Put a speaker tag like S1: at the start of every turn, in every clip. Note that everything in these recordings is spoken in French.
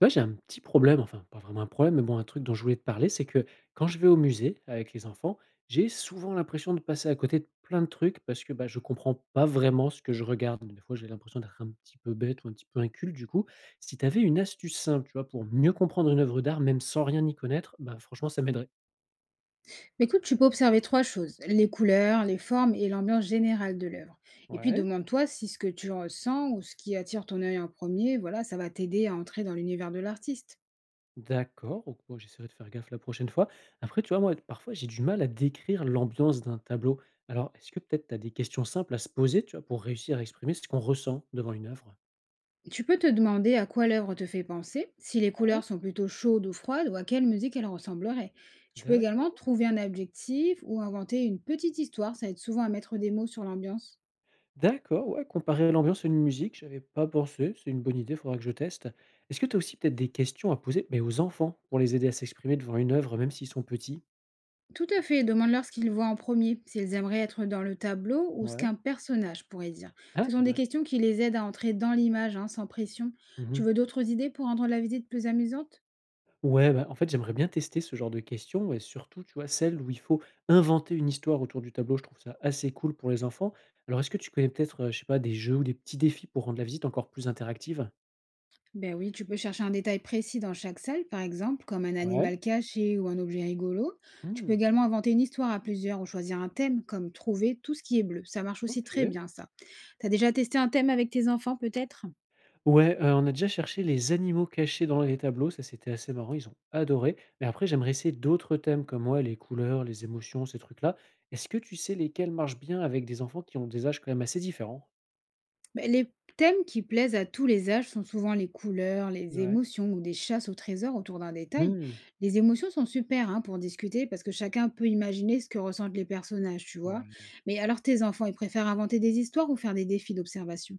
S1: Tu vois, j'ai un petit problème, enfin, pas vraiment un problème, mais bon, un truc dont je voulais te parler, c'est que quand je vais au musée avec les enfants, j'ai souvent l'impression de passer à côté de plein de trucs parce que bah, je comprends pas vraiment ce que je regarde. Des fois, j'ai l'impression d'être un petit peu bête ou un petit peu inculte. Du coup, si tu avais une astuce simple, tu vois, pour mieux comprendre une œuvre d'art, même sans rien y connaître, bah, franchement, ça m'aiderait.
S2: Écoute, tu peux observer 3 choses, les couleurs, les formes et l'ambiance générale de l'œuvre. Et puis
S1: Ouais.
S2: demande-toi si ce que tu ressens ou ce qui attire ton œil en premier, voilà, ça va t'aider à entrer dans l'univers de l'artiste.
S1: D'accord, donc moi j'essaierai de faire gaffe la prochaine fois. Après, tu vois, moi, parfois, j'ai du mal à décrire l'ambiance d'un tableau. Alors, est-ce que peut-être tu as des questions simples à se poser, tu vois, pour réussir à exprimer ce qu'on ressent devant une œuvre?
S2: Tu peux te demander à quoi l'œuvre te fait penser, si les
S1: Ouais.
S2: couleurs sont plutôt chaudes ou froides ou à quelle musique elle ressemblerait. Tu peux également
S1: D'accord.
S2: trouver un objectif ou inventer une petite histoire, ça aide souvent à mettre des mots sur l'ambiance.
S1: D'accord, ouais, comparer l'ambiance à une musique, j'avais pas pensé, c'est une bonne idée, faudra que je teste. Est-ce que tu as aussi peut-être des questions à poser, mais aux enfants, pour les aider à s'exprimer devant une œuvre, même s'ils sont petits?
S2: Tout à fait, demande-leur ce qu'ils voient en premier, s'ils aimeraient être dans le tableau ou ce
S1: Ouais.
S2: qu'un personnage pourrait dire.
S1: Ah,
S2: Ce sont
S1: pas
S2: des
S1: mal.
S2: questions qui les aident à entrer dans l'image, hein, sans pression. Tu
S1: Mhm.
S2: veux d'autres idées pour rendre la visite plus amusante?
S1: Ouais, bah, en fait, j'aimerais bien tester ce genre de questions et surtout, tu vois, celles où il faut inventer une histoire autour du tableau. Je trouve ça assez cool pour les enfants. Alors, est-ce que tu connais peut-être, je sais pas, des jeux ou des petits défis pour rendre la visite encore plus interactive?
S2: Ben oui, tu peux chercher un détail précis dans chaque salle, par exemple, comme un
S1: Ouais.
S2: animal caché ou un objet rigolo. Tu peux
S1: Hmm.
S2: également inventer une histoire à plusieurs ou choisir un thème, comme trouver tout ce qui est bleu. Ça marche aussi
S1: Ok.
S2: très bien, ça. T'as déjà testé un thème avec tes enfants, peut-être?
S1: Ouais, on a déjà cherché les animaux cachés dans les tableaux, ça c'était assez marrant, ils ont adoré. Mais après, j'aimerais essayer d'autres thèmes comme ouais, les couleurs, les émotions, ces trucs-là. Est-ce que tu sais lesquels marchent bien avec des enfants qui ont des âges quand même assez différents?
S2: Bah, les thèmes qui plaisent à tous les âges sont souvent les couleurs, les
S1: Ouais.
S2: émotions ou des chasses au trésor autour d'un détail.
S1: Hmm.
S2: Les émotions sont super, hein, pour discuter parce que chacun peut imaginer ce que ressentent les personnages, tu vois.
S1: Ouais.
S2: Mais alors tes enfants, ils préfèrent inventer des histoires ou faire des défis d'observation?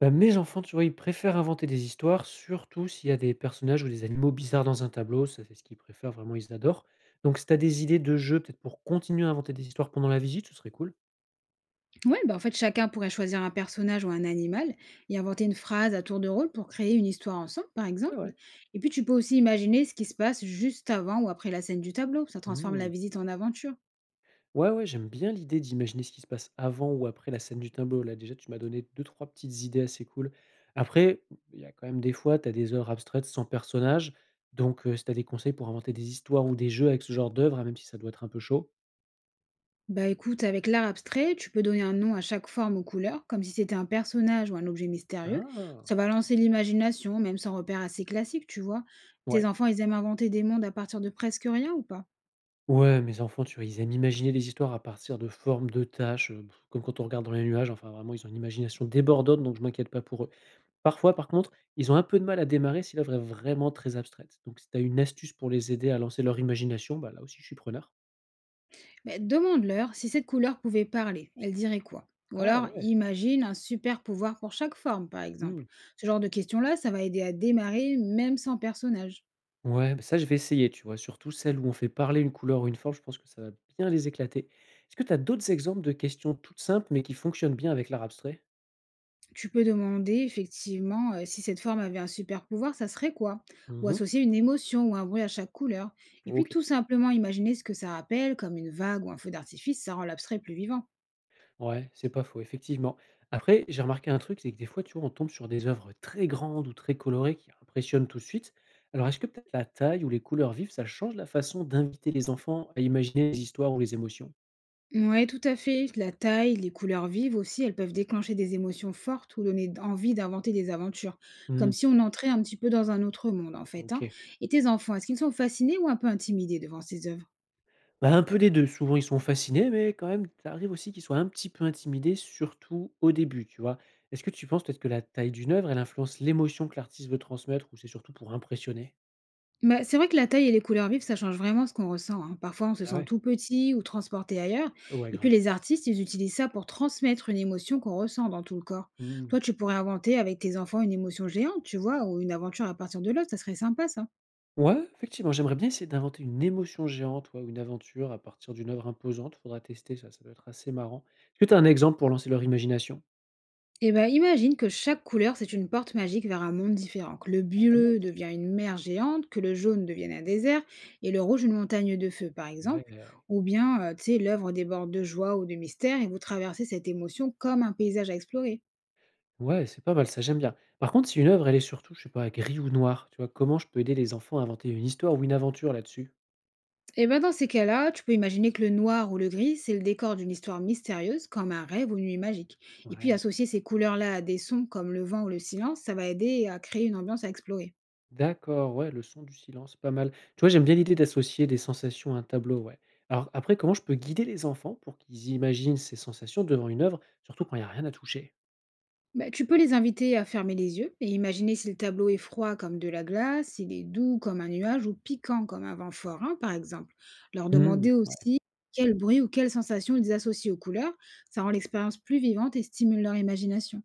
S1: Bah, mes enfants, tu vois, ils préfèrent inventer des histoires, surtout s'il y a des personnages ou des animaux bizarres dans un tableau. Ça, c'est ce qu'ils préfèrent, vraiment, ils adorent. Donc, si tu as des idées de jeux, peut-être pour continuer à inventer des histoires pendant la visite, ce serait cool.
S2: Ouais, bah en fait chacun pourrait choisir un personnage ou un animal et inventer une phrase à tour de rôle pour créer une histoire ensemble, par
S1: Ah
S2: exemple.
S1: ouais.
S2: Et puis tu peux aussi imaginer ce qui se passe juste avant ou après la scène du tableau. Ça transforme la
S1: Mmh.
S2: visite en aventure.
S1: Ouais, ouais, j'aime bien l'idée d'imaginer ce qui se passe avant ou après la scène du tableau. Là, déjà, tu m'as donné deux, trois petites idées assez cool. Après, il y a quand même des fois, tu as des œuvres abstraites sans personnage. Donc, si tu as des conseils pour inventer des histoires ou des jeux avec ce genre d'œuvre, hein, même si ça doit être un peu chaud.
S2: Bah écoute, avec l'art abstrait, tu peux donner un nom à chaque forme ou couleur, comme si c'était un personnage ou un objet mystérieux.
S1: Ah.
S2: Ça va lancer l'imagination, même sans repère assez classique, tu vois. Tes
S1: Ouais.
S2: enfants, ils aiment inventer des mondes à partir de presque rien ou pas?
S1: Ouais, mes enfants, tu vois, ils aiment imaginer des histoires à partir de formes, de tâches, comme quand on regarde dans les nuages. Enfin, vraiment, ils ont une imagination débordante, donc je m'inquiète pas pour eux. Parfois, par contre, ils ont un peu de mal à démarrer si l'œuvre est vraiment très abstraite. Donc si tu as une astuce pour les aider à lancer leur imagination, bah, là aussi, je suis preneur.
S2: Mais demande-leur si cette couleur pouvait parler, elle dirait quoi? Ou
S1: Ah
S2: alors,
S1: ouais,
S2: imagine un super pouvoir pour chaque forme, par exemple.
S1: mmh.
S2: Ce genre de questions-là, ça va aider à démarrer, même sans personnage.
S1: Ouais, bah, ça, je vais essayer, tu vois, surtout celles où on fait parler une couleur ou une forme, je pense que ça va bien les éclater. Est-ce que tu as d'autres exemples de questions toutes simples, mais qui fonctionnent bien avec l'art abstrait?
S2: Tu peux demander effectivement, si cette forme avait un super pouvoir, ça serait quoi? Ou
S1: Mhm.
S2: associer une émotion ou un bruit à chaque couleur. Et puis
S1: OK.
S2: tout simplement imaginer ce que ça rappelle, comme une vague ou un feu d'artifice, ça rend l'abstrait plus vivant.
S1: Ouais, c'est pas faux, effectivement. Après, j'ai remarqué un truc, c'est que des fois, tu vois, on tombe sur des œuvres très grandes ou très colorées qui impressionnent tout de suite. Alors, est-ce que peut-être la taille ou les couleurs vives, ça change la façon d'inviter les enfants à imaginer les histoires ou les émotions?
S2: Ouais, tout à fait. La taille, les couleurs vives aussi, elles peuvent déclencher des émotions fortes ou donner envie d'inventer des aventures, comme
S1: Hmm,
S2: si on entrait un petit peu dans un autre monde en fait, hein.
S1: ok.
S2: Et tes enfants, est-ce qu'ils sont fascinés ou un peu intimidés devant ces œuvres?
S1: Bah, un peu des deux. Souvent, ils sont fascinés, mais quand même, ça arrive aussi qu'ils soient un petit peu intimidés, surtout au début, tu vois. Est-ce que tu penses peut-être que la taille d'une œuvre, elle influence l'émotion que l'artiste veut transmettre, ou c'est surtout pour impressionner?
S2: Bah, c'est vrai que la taille et les couleurs vives, ça change vraiment ce qu'on ressent, hein. Parfois, on se
S1: Ah
S2: sent
S1: ouais.
S2: tout petit ou transporté ailleurs.
S1: Ouais,
S2: Et puis,
S1: grave.
S2: les artistes, ils utilisent ça pour transmettre une émotion qu'on ressent dans tout le corps. Toi,
S1: Hmm.
S2: tu pourrais inventer avec tes enfants une émotion géante, tu vois, ou une aventure à partir de l'autre, ça serait sympa, ça.
S1: Ouais, effectivement, j'aimerais bien essayer d'inventer une émotion géante, ouais, ou une aventure à partir d'une œuvre imposante. Faudra tester ça, ça doit être assez marrant. Est-ce que tu as un exemple pour lancer leur imagination?
S2: Et ben, imagine que chaque couleur, c'est une porte magique vers un monde différent. Que le
S1: Ouais,
S2: bleu
S1: nice.
S2: devient une mer géante, que le jaune devienne un désert, et le rouge une montagne de feu, par
S1: Ouais.
S2: exemple. Ou bien, tu sais, l'œuvre déborde de joie ou de mystère, et vous traversez cette émotion comme un paysage à explorer.
S1: Ouais, c'est pas mal, ça, j'aime bien. Par contre, si une œuvre, elle est surtout, je sais pas, gris ou noir, tu vois, comment je peux aider les enfants à inventer une histoire ou une aventure là-dessus?
S2: Et ben dans ces cas-là, tu peux imaginer que le noir ou le gris, c'est le décor d'une histoire mystérieuse, comme un rêve ou une nuit magique. Et puis
S1: Ouais.
S2: associer ces couleurs-là à des sons comme le vent ou le silence, ça va aider à créer une ambiance à explorer.
S1: D'accord, ouais, le son du silence, pas mal. Tu vois, j'aime bien l'idée d'associer des sensations à un tableau, ouais. Alors après, comment je peux guider les enfants pour qu'ils imaginent ces sensations devant une œuvre, surtout quand il n'y a rien à toucher?
S2: Ben, tu peux les inviter à fermer les yeux et imaginer si le tableau est froid comme de la glace, s'il est doux comme un nuage ou piquant comme un vent forain, par exemple. Leur
S1: Mhm.
S2: demander aussi quel bruit ou quelle sensation ils associent aux couleurs, ça rend l'expérience plus vivante et stimule leur imagination.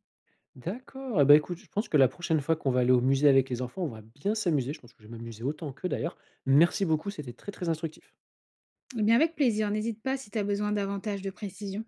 S1: D'accord, et ben écoute, je pense que la prochaine fois qu'on va aller au musée avec les enfants, on va bien s'amuser. Je pense que je vais m'amuser autant qu'eux d'ailleurs. Merci beaucoup, c'était très, très instructif.
S2: Eh bien avec plaisir, n'hésite pas si tu as besoin davantage de précision.